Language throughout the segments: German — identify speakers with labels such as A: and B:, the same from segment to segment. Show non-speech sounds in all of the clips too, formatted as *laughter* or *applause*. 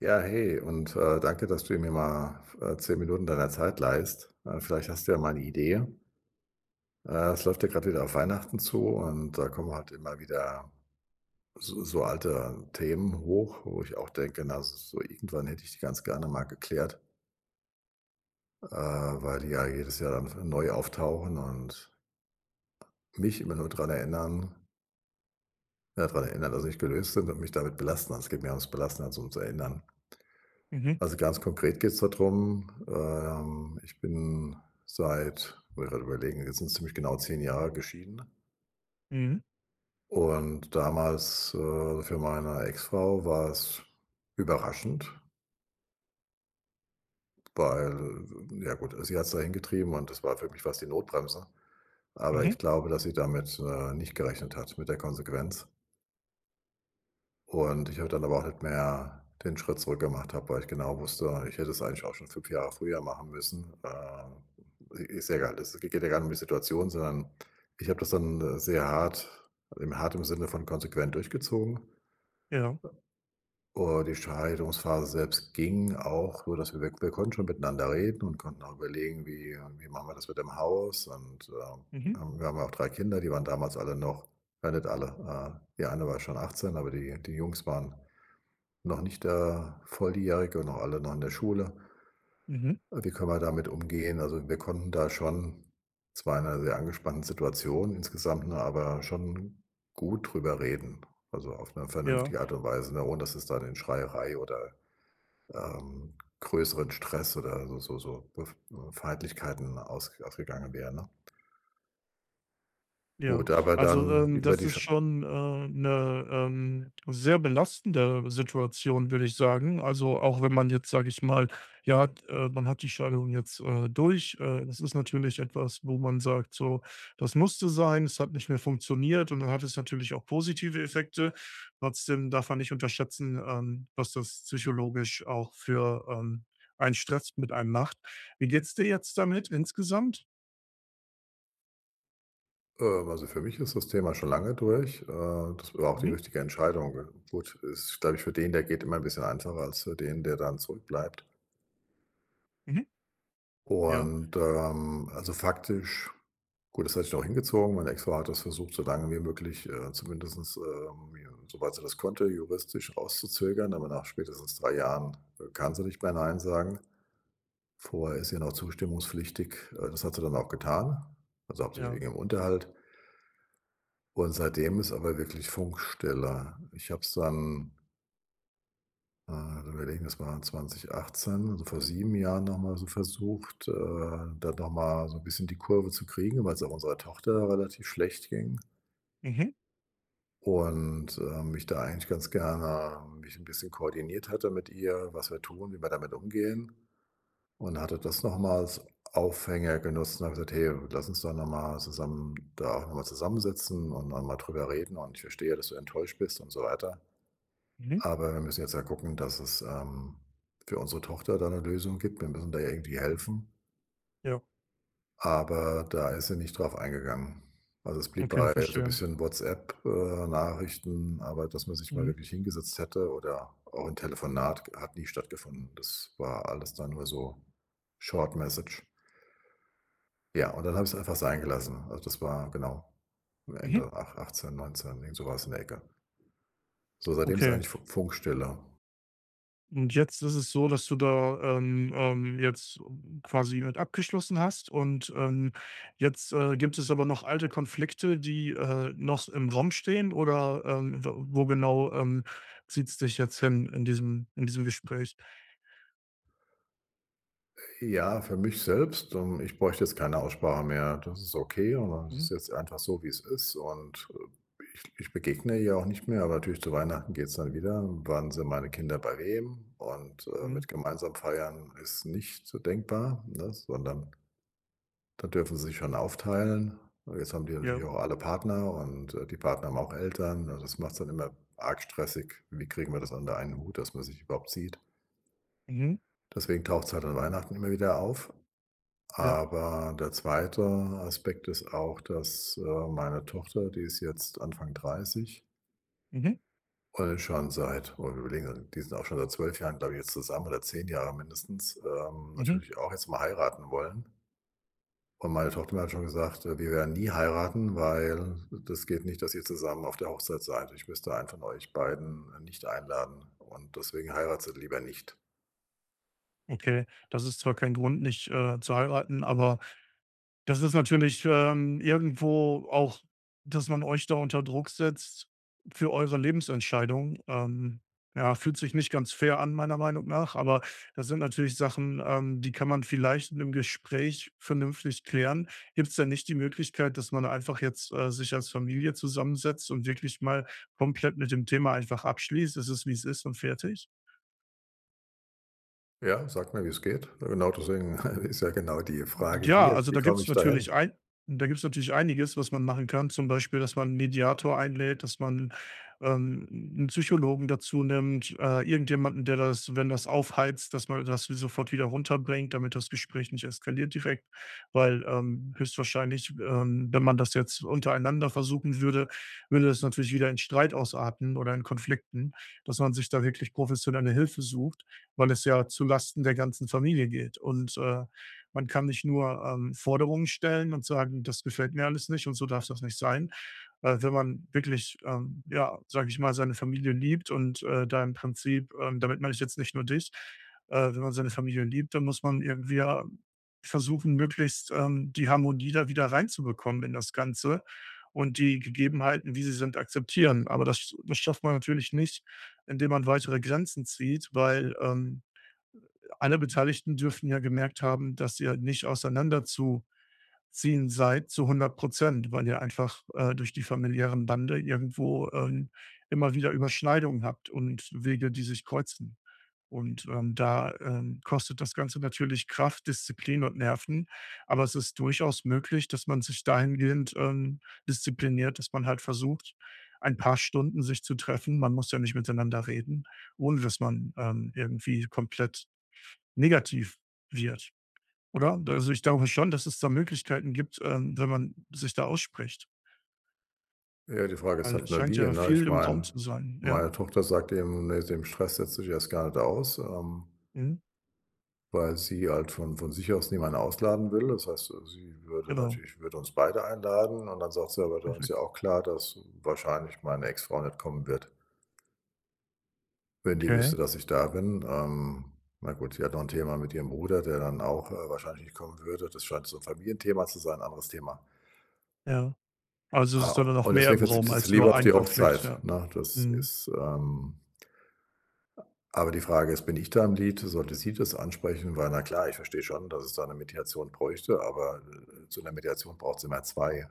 A: Ja, hey und, danke, dass du mir mal, 10 Minuten deiner Zeit leihst. Vielleicht hast du ja mal eine Idee. Es läuft ja gerade wieder auf Weihnachten zu, und da kommen halt immer wieder so alte Themen hoch, wo ich auch denke: „Na, so irgendwann hätte ich die ganz gerne mal geklärt", weil die ja jedes Jahr dann neu auftauchen und mich immer nur dran erinnern, dass sie nicht gelöst sind und mich damit belasten. Also, es geht mehr ums Belasten als ums Erinnern.
B: Mhm,
A: Also, ganz konkret geht's da drum, ich bin seit — muss ich grad überlegen — jetzt sind es ziemlich genau 10 Jahre geschieden.
B: mhm,
A: Und damals, für meine Ex-Frau war es überraschend, weil — ja gut, sie hat's dahin getrieben und das war für mich fast die Notbremse, aber
B: mhm,
A: ich glaube, dass sie damit, nicht gerechnet hat mit der Konsequenz. Und ich habe dann aber auch nicht mehr den Schritt zurück gemacht habe, weil ich genau wusste, ich hätte es eigentlich auch schon 5 Jahre früher machen müssen. Ist ja egal, es geht ja gar nicht um die Situation, sondern ich habe das dann, sehr hart im Sinne von konsequent durchgezogen.
B: ja,
A: Und die Scheidungsphase selbst ging auch so, dass wir konnten schon miteinander reden und konnten auch überlegen, wie machen wir das mit dem Haus. Und,
B: mhm,
A: wir haben ja auch 3 Kinder, die waren damals alle noch — ja, nicht alle, die eine war schon 18, aber die Jungs waren noch nicht der Volljährige und noch alle noch in der Schule.
B: mhm,
A: Wie können wir damit umgehen? Also, wir konnten da schon, zwar in einer sehr angespannten Situation insgesamt, ne, aber schon gut drüber reden. Also, auf eine
B: ja.
A: vernünftige Art und Weise, ne, ohne dass es dann in Schreierei oder, größeren Stress oder so so so bef Feindlichkeiten ausgegangen wäre, ne?
B: Ja,
A: Gut, aber
B: also,
A: dann über
B: das
A: die
B: ist
A: Sch —
B: schon, 'ne, sehr belastende Situation, würde ich sagen. Also, auch wenn man jetzt, sage ich mal, ja, man hat die Scheidung jetzt, durch. Das ist natürlich etwas, wo man sagt so: „Das musste sein, es hat nicht mehr funktioniert.“ Und dann hat es natürlich auch positive Effekte. Trotzdem darf man nicht unterschätzen, was das psychologisch auch für, einen Stress mit einem macht. Wie geht's dir jetzt damit insgesamt?
A: Für mich ist das Thema schon lange durch. Das war auch die
B: Mhm,
A: richtige Entscheidung. Gut, ist, glaube ich, für den, der geht, immer ein bisschen einfacher als für den, der dann zurückbleibt.
B: mhm, ja,
A: Und, also, faktisch — gut, das hat sich noch hingezogen. Meine Ex-Frau hat das versucht, so lange wie möglich, zumindestens, ja, soweit sie das konnte, juristisch rauszuzögern, aber nach spätestens 3 Jahren kann sie nicht mehr nein sagen. Vorher ist sie noch zustimmungspflichtig. Das hat sie dann auch getan, also, hauptsächlich
B: ja,
A: wegen dem Unterhalt. Und seitdem ist aber wirklich Funkstille. Ich habe es dann, äh, überlegen, das war 2018, also vor 7 Jahren noch mal so versucht, da noch mal so ein bisschen die Kurve zu kriegen, weil es auch unserer Tochter relativ schlecht ging,
B: mhm.
A: und, ich da eigentlich ganz gerne mich 'n bisschen koordiniert hatte mit ihr, was wir tun, wie wir damit umgehen, und hatte das noch als Aufhänger genutzt und habe gesagt: „Hey, lass uns doch noch mal zusammen da auch noch mal zusammensitzen und noch mal drüber reden, und ich verstehe, dass du enttäuscht bist" und so weiter.
B: Mhm.
A: Aber wir müssen jetzt ja gucken, dass es, für unsere Tochter da eine Lösung gibt. Wir müssen da ja irgendwie helfen,
B: Ja,
A: aber da ist sie nicht drauf eingegangen. Also, es blieb
B: okay,
A: bei so ein
B: verstehe.
A: bisschen WhatsApp, Nachrichten, aber dass man sich mal
B: Mhm.
A: wirklich hingesetzt hätte oder auch ein Telefonat, hat nie stattgefunden. Das war alles dann nur so Short Message. Ja, und dann habe ich es einfach sein gelassen. Also, das war genau
B: Mhm.
A: Ende achtzehn, neunzehn, irgend so was in der Ecke. So, seitdem ist
B: Okay.
A: eigentlich Fu Funkstille.
B: Und jetzt ist es so, dass du da, jetzt quasi mit abgeschlossen hast und, jetzt, gibt es aber noch alte Konflikte, die, noch im Raum stehen oder, w wo genau, zieht es dich jetzt hin in diesem Gespräch?
A: Ja, für mich selbst, ich bräuchte jetzt keine Aussprache mehr. Das ist okay und das
B: Mhm.
A: ist jetzt einfach so, wie es ist. Und, ich begegne ihr auch nicht mehr, aber natürlich zu Weihnachten geht's dann wieder. Wann sind meine Kinder bei wem? Und,
B: Mhm.
A: mit gemeinsam feiern ist nicht so denkbar, ne, sondern da dürfen sie sich schon aufteilen. Jetzt haben die
B: Ja.
A: natürlich auch alle Partner, und, die Partner haben auch Eltern. Also, das macht's dann immer arg stressig. Wie kriegen wir das unter einen Hut, dass man sich überhaupt sieht?
B: Mhm.
A: Deswegen taucht es halt an Weihnachten immer wieder auf.
B: Ja.
A: Aber der zweite Aspekt ist auch, dass, meine Tochter, die ist jetzt Anfang 30,
B: Mhm.
A: schon seit — oh, wir überlegen, also, die sind auch schon seit 12 Jahren, glaube ich, jetzt zusammen, oder 10 Jahre mindestens,
B: Mhm.
A: natürlich auch jetzt mal heiraten wollen. Und meine Tochter mir hat schon gesagt: „Wir werden nie heiraten, weil das geht nicht, dass ihr zusammen auf der Hochzeit seid. Ich müsste einen von euch beiden nicht einladen und deswegen heiratet lieber nicht."
B: Okay. Das ist zwar kein Grund, nicht, zu heiraten, aber das ist natürlich, irgendwo auch, dass man euch da unter Druck setzt für eure Lebensentscheidung. Ja, fühlt sich nicht ganz fair an, meiner Meinung nach, aber das sind natürlich Sachen, die kann man vielleicht in 'nem Gespräch vernünftig klären. Gibt es denn nicht die Möglichkeit, dass man einfach jetzt, sich als Familie zusammensetzt und wirklich mal komplett mit dem Thema einfach abschließt: „Es ist, wie es ist“ und fertig?
A: Ja, sag mir, wie es geht. Genau deswegen *laughs* ist ja genau die Frage
B: Ja,
A: hier:
B: also
A: Wie komme ich dahin?
B: da gibt's natürlich einiges, was man machen kann. Zum Beispiel, dass man 'n Mediator einlädt, dass man, 'n Psychologen dazu nimmt, irgendjemanden, der das, wenn das aufheizt, dass man das sofort wieder runterbringt, damit das Gespräch nicht eskaliert direkt. Weil, höchstwahrscheinlich, wenn man das jetzt untereinander versuchen würde, würde das natürlich wieder in Streit ausarten oder in Konflikten, dass man sich da wirklich professionelle Hilfe sucht, weil es ja zu Lasten der ganzen Familie geht. Und, man kann nicht nur, Forderungen stellen und sagen: „Das gefällt mir alles nicht und so darf das nicht sein.“ wenn man wirklich, ja, sage ich mal, seine Familie liebt und, da im Prinzip, damit meine ich jetzt nicht nur dich, wenn man seine Familie liebt, dann muss man irgendwie, ja, versuchen, möglichst, die Harmonie da wieder reinzubekommen in das Ganze und die Gegebenheiten, wie sie sind, akzeptieren. Aber das schafft man natürlich nicht, indem man weitere Grenzen zieht, weil, alle Beteiligten dürften ja gemerkt haben, dass ihr nicht auseinanderzuziehen seid zu 100, weil ihr einfach, durch die familiären Bande irgendwo, immer wieder Überschneidungen habt und Wege, die sich kreuzen. Und, da, kostet das Ganze natürlich Kraft, Disziplin und Nerven, aber es ist durchaus möglich, dass man sich dahingehend, diszipliniert, dass man halt versucht, ein paar Stunden sich zu treffen. Man muss ja nicht miteinander reden, ohne dass man, irgendwie komplett negativ wird, oder? Also, ich glaube schon, dass es da Möglichkeiten gibt, wenn man sich da ausspricht,
A: Ja, die Frage ist
B: weil es
A: halt nur
B: scheint
A: wie,
B: ja
A: ne?
B: viel
A: Ich
B: im Raum
A: meine,
B: zu sein, ja?
A: meine Tochter sagt eben, ne, dem Stress setzt sich erst gar nicht aus,
B: Mhm,
A: weil sie halt von sich aus niemanden ausladen will. Das heißt, sie würde
B: genau.
A: natürlich würde uns beide einladen, und dann sagt sie: „Aber dann ist
B: Perfekt.
A: ja auch klar, dass wahrscheinlich meine Ex-Frau nicht kommen wird, wenn die
B: Okay,
A: wüsste, dass ich da bin." Na gut, sie hat noch ein Thema mit ihrem Bruder, der dann auch, wahrscheinlich nicht kommen würde. Das scheint so ein Familienthema zu sein, ein anderes Thema.
B: ja. Also, es
A: Ah,
B: ist dann noch
A: und
B: mehr
A: deswegen
B: im Raum
A: verzichtet sie
B: als nur
A: lieber auf
B: ein
A: die
B: Konflikt,
A: Hochzeit,
B: ja.
A: ne? Das
B: Mhm.
A: ist, aber die Frage ist, bin ich da im Lied? Sollte sie das ansprechen? Weil, na klar, ich verstehe schon, dass es da eine Mediation bräuchte, aber, zu einer Mediation braucht es immer 2.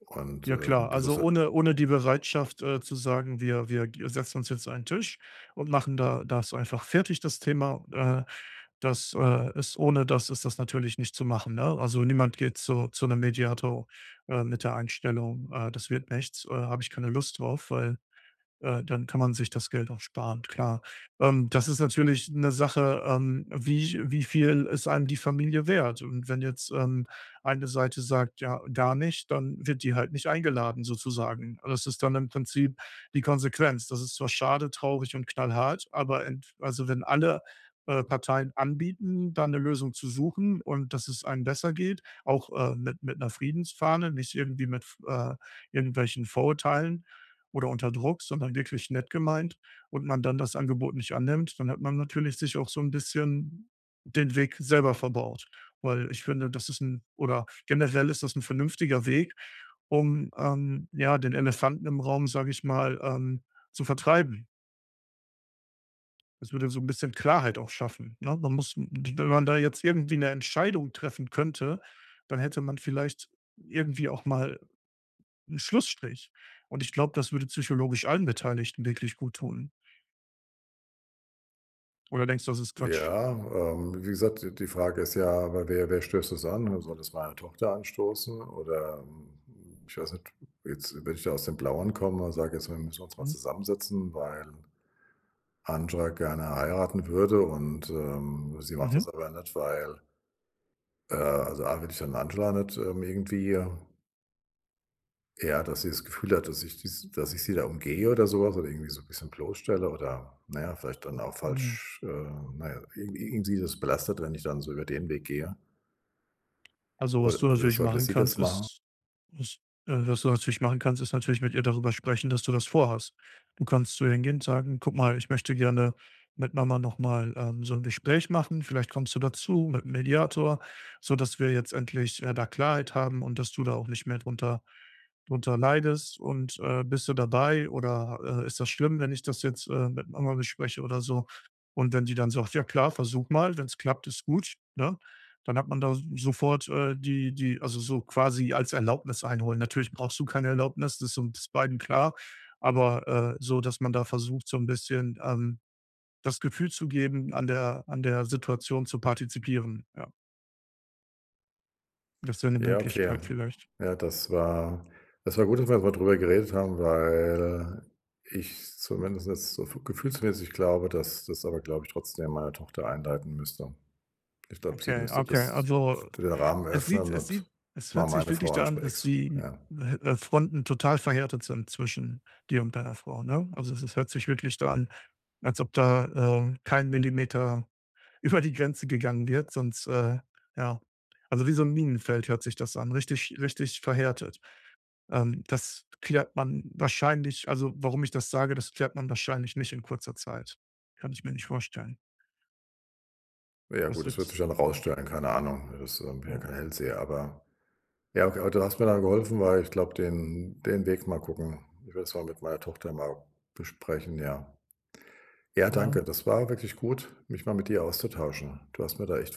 A: Und,
B: Ja klar,
A: wieso
B: also
A: soll —
B: ohne die Bereitschaft, zu sagen: „Wir wir g setzen uns jetzt an 'n Tisch und machen da das einfach fertig, das Thema“, das, ist ohne das ist das natürlich nicht zu machen, ne? Also, niemand geht zu einem Mediator, mit der Einstellung: das wird nichts, habe ich keine Lust drauf“, weil, dann kann man sich das Geld auch sparen, klar. Das ist natürlich eine Sache, wie wie viel ist einem die Familie wert? Und wenn jetzt, eine Seite sagt: „Ja, gar nicht“, dann wird die halt nicht eingeladen sozusagen. Das ist dann im Prinzip die Konsequenz. Das ist zwar schade, traurig und knallhart, aber ent also, wenn alle, Parteien anbieten, da eine Lösung zu suchen und dass es einem besser geht, auch, mit einer Friedensfahne, nicht irgendwie mit, irgendwelchen Vorurteilen oder unter Druck, sondern wirklich nett gemeint und man dann das Angebot nicht annimmt, dann hat man natürlich sich auch so ein bisschen den Weg selber verbaut. Weil ich finde, das ist ein oder generell ist das ein vernünftiger Weg, um, ja, den Elefanten im Raum, sage ich mal, zu vertreiben. Das würde so ein bisschen Klarheit auch schaffen, ne? Man muss Wenn man da jetzt irgendwie eine Entscheidung treffen könnte, dann hätte man vielleicht irgendwie auch mal einen Schlussstrich. Und ich glaube, das würde psychologisch allen Beteiligten wirklich gut tun. Oder denkst du, das ist Quatsch?
A: ja, wie gesagt, d die Frage ist ja, aber wer stößt das an? Soll das meine Tochter anstoßen? Oder, hm, ich weiß nicht, jetzt, wenn ich da aus dem Blauen komme und sage: „Jetzt, wir müssen uns mal
B: Mhm.
A: zusammensetzen, weil Andra gerne heiraten würde und, sie macht
B: Mhm.
A: das aber nicht, weil" — also A will ich dann Angela nicht, irgendwie — ja, dass sie das Gefühl hat, dass ich sie da umgehe oder sowas oder irgendwie so ein bisschen bloßstelle, oder, na ja, vielleicht dann auch
B: Mhm.
A: falsch, na ja, irgendwie das belastet, wenn ich dann so über den Weg gehe.
B: Also, was du
A: Oder
B: natürlich
A: sollte
B: machen
A: sie
B: kannst,
A: das machen?
B: ist ist was du natürlich machen kannst, ist natürlich mit ihr darüber sprechen, dass du das vorhast. Du kannst zu ihr hingehen und sagen: „Guck mal, ich möchte gerne mit Mama noch mal, so ein Gespräch machen. Vielleicht kommst du dazu mit 'm Mediator, sodass wir jetzt endlich, da Klarheit haben und dass du da auch nicht mehr drunter leidest. Und, bist du dabei oder, ist das schlimm, wenn ich das jetzt, mit Mama bespreche oder so?“ Und wenn die dann sagt: „Ja klar, versuch mal, wenn es klappt, ist gut“, ne? Dann hat man da sofort, die die also, so quasi als Erlaubnis einholen. Natürlich brauchst du keine Erlaubnis, das ist uns beiden klar, aber, so, dass man da versucht, so ein bisschen, das Gefühl zu geben, an der Situation zu partizipieren. Ja, das wäre eine
A: Ja, okay.
B: Möglichkeit vielleicht.
A: Ja, das war gut, dass wir mal drüber geredet haben, weil ich zumindest jetzt so f gefühlsmäßig glaube, dass das aber, glaube ich, trotzdem meine Tochter einleiten müsste. Ich glaube, sie
B: Okay,
A: müsste
B: okay.
A: das —
B: Also,
A: den Rahmen
B: es sieht
A: öffnen
B: es sieht
A: und
B: es
A: mal
B: hört sich
A: meine
B: wirklich
A: Frau
B: da an, dass
A: ansprechen,
B: die,
A: ja.
B: Fronten total verhärtet sind zwischen dir und deiner Frau, ne? Also, es hört sich wirklich da an, als ob da, kein Millimeter über die Grenze gegangen wird, sonst, ja. Also wie so ein Minenfeld hört sich das an, richtig verhärtet. Das klärt man wahrscheinlich, warum ich das sage, das klärt man wahrscheinlich nicht in kurzer Zeit. Kann ich mir nicht vorstellen.
A: Ja
B: Das
A: gut, das
B: wird,
A: wird sich dann rausstellen, keine Ahnung. Das, bin ja
B: ja,
A: kein Hellseher. Aber ja, okay, aber du hast mir dann geholfen, weil ich glaube, den Weg mal gucken. Ich werde es mal mit meiner Tochter mal besprechen, ja. Ja,
B: ja.
A: danke. Das war wirklich gut, mich mal mit dir auszutauschen. Du hast mir da echt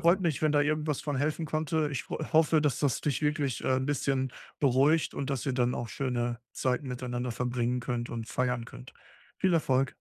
B: Freut mich, wenn da irgendwas von helfen konnte. Ich ho hoffe, dass das dich wirklich, 'n bisschen beruhigt und dass ihr dann auch schöne Zeiten miteinander verbringen könnt und feiern könnt. Viel Erfolg.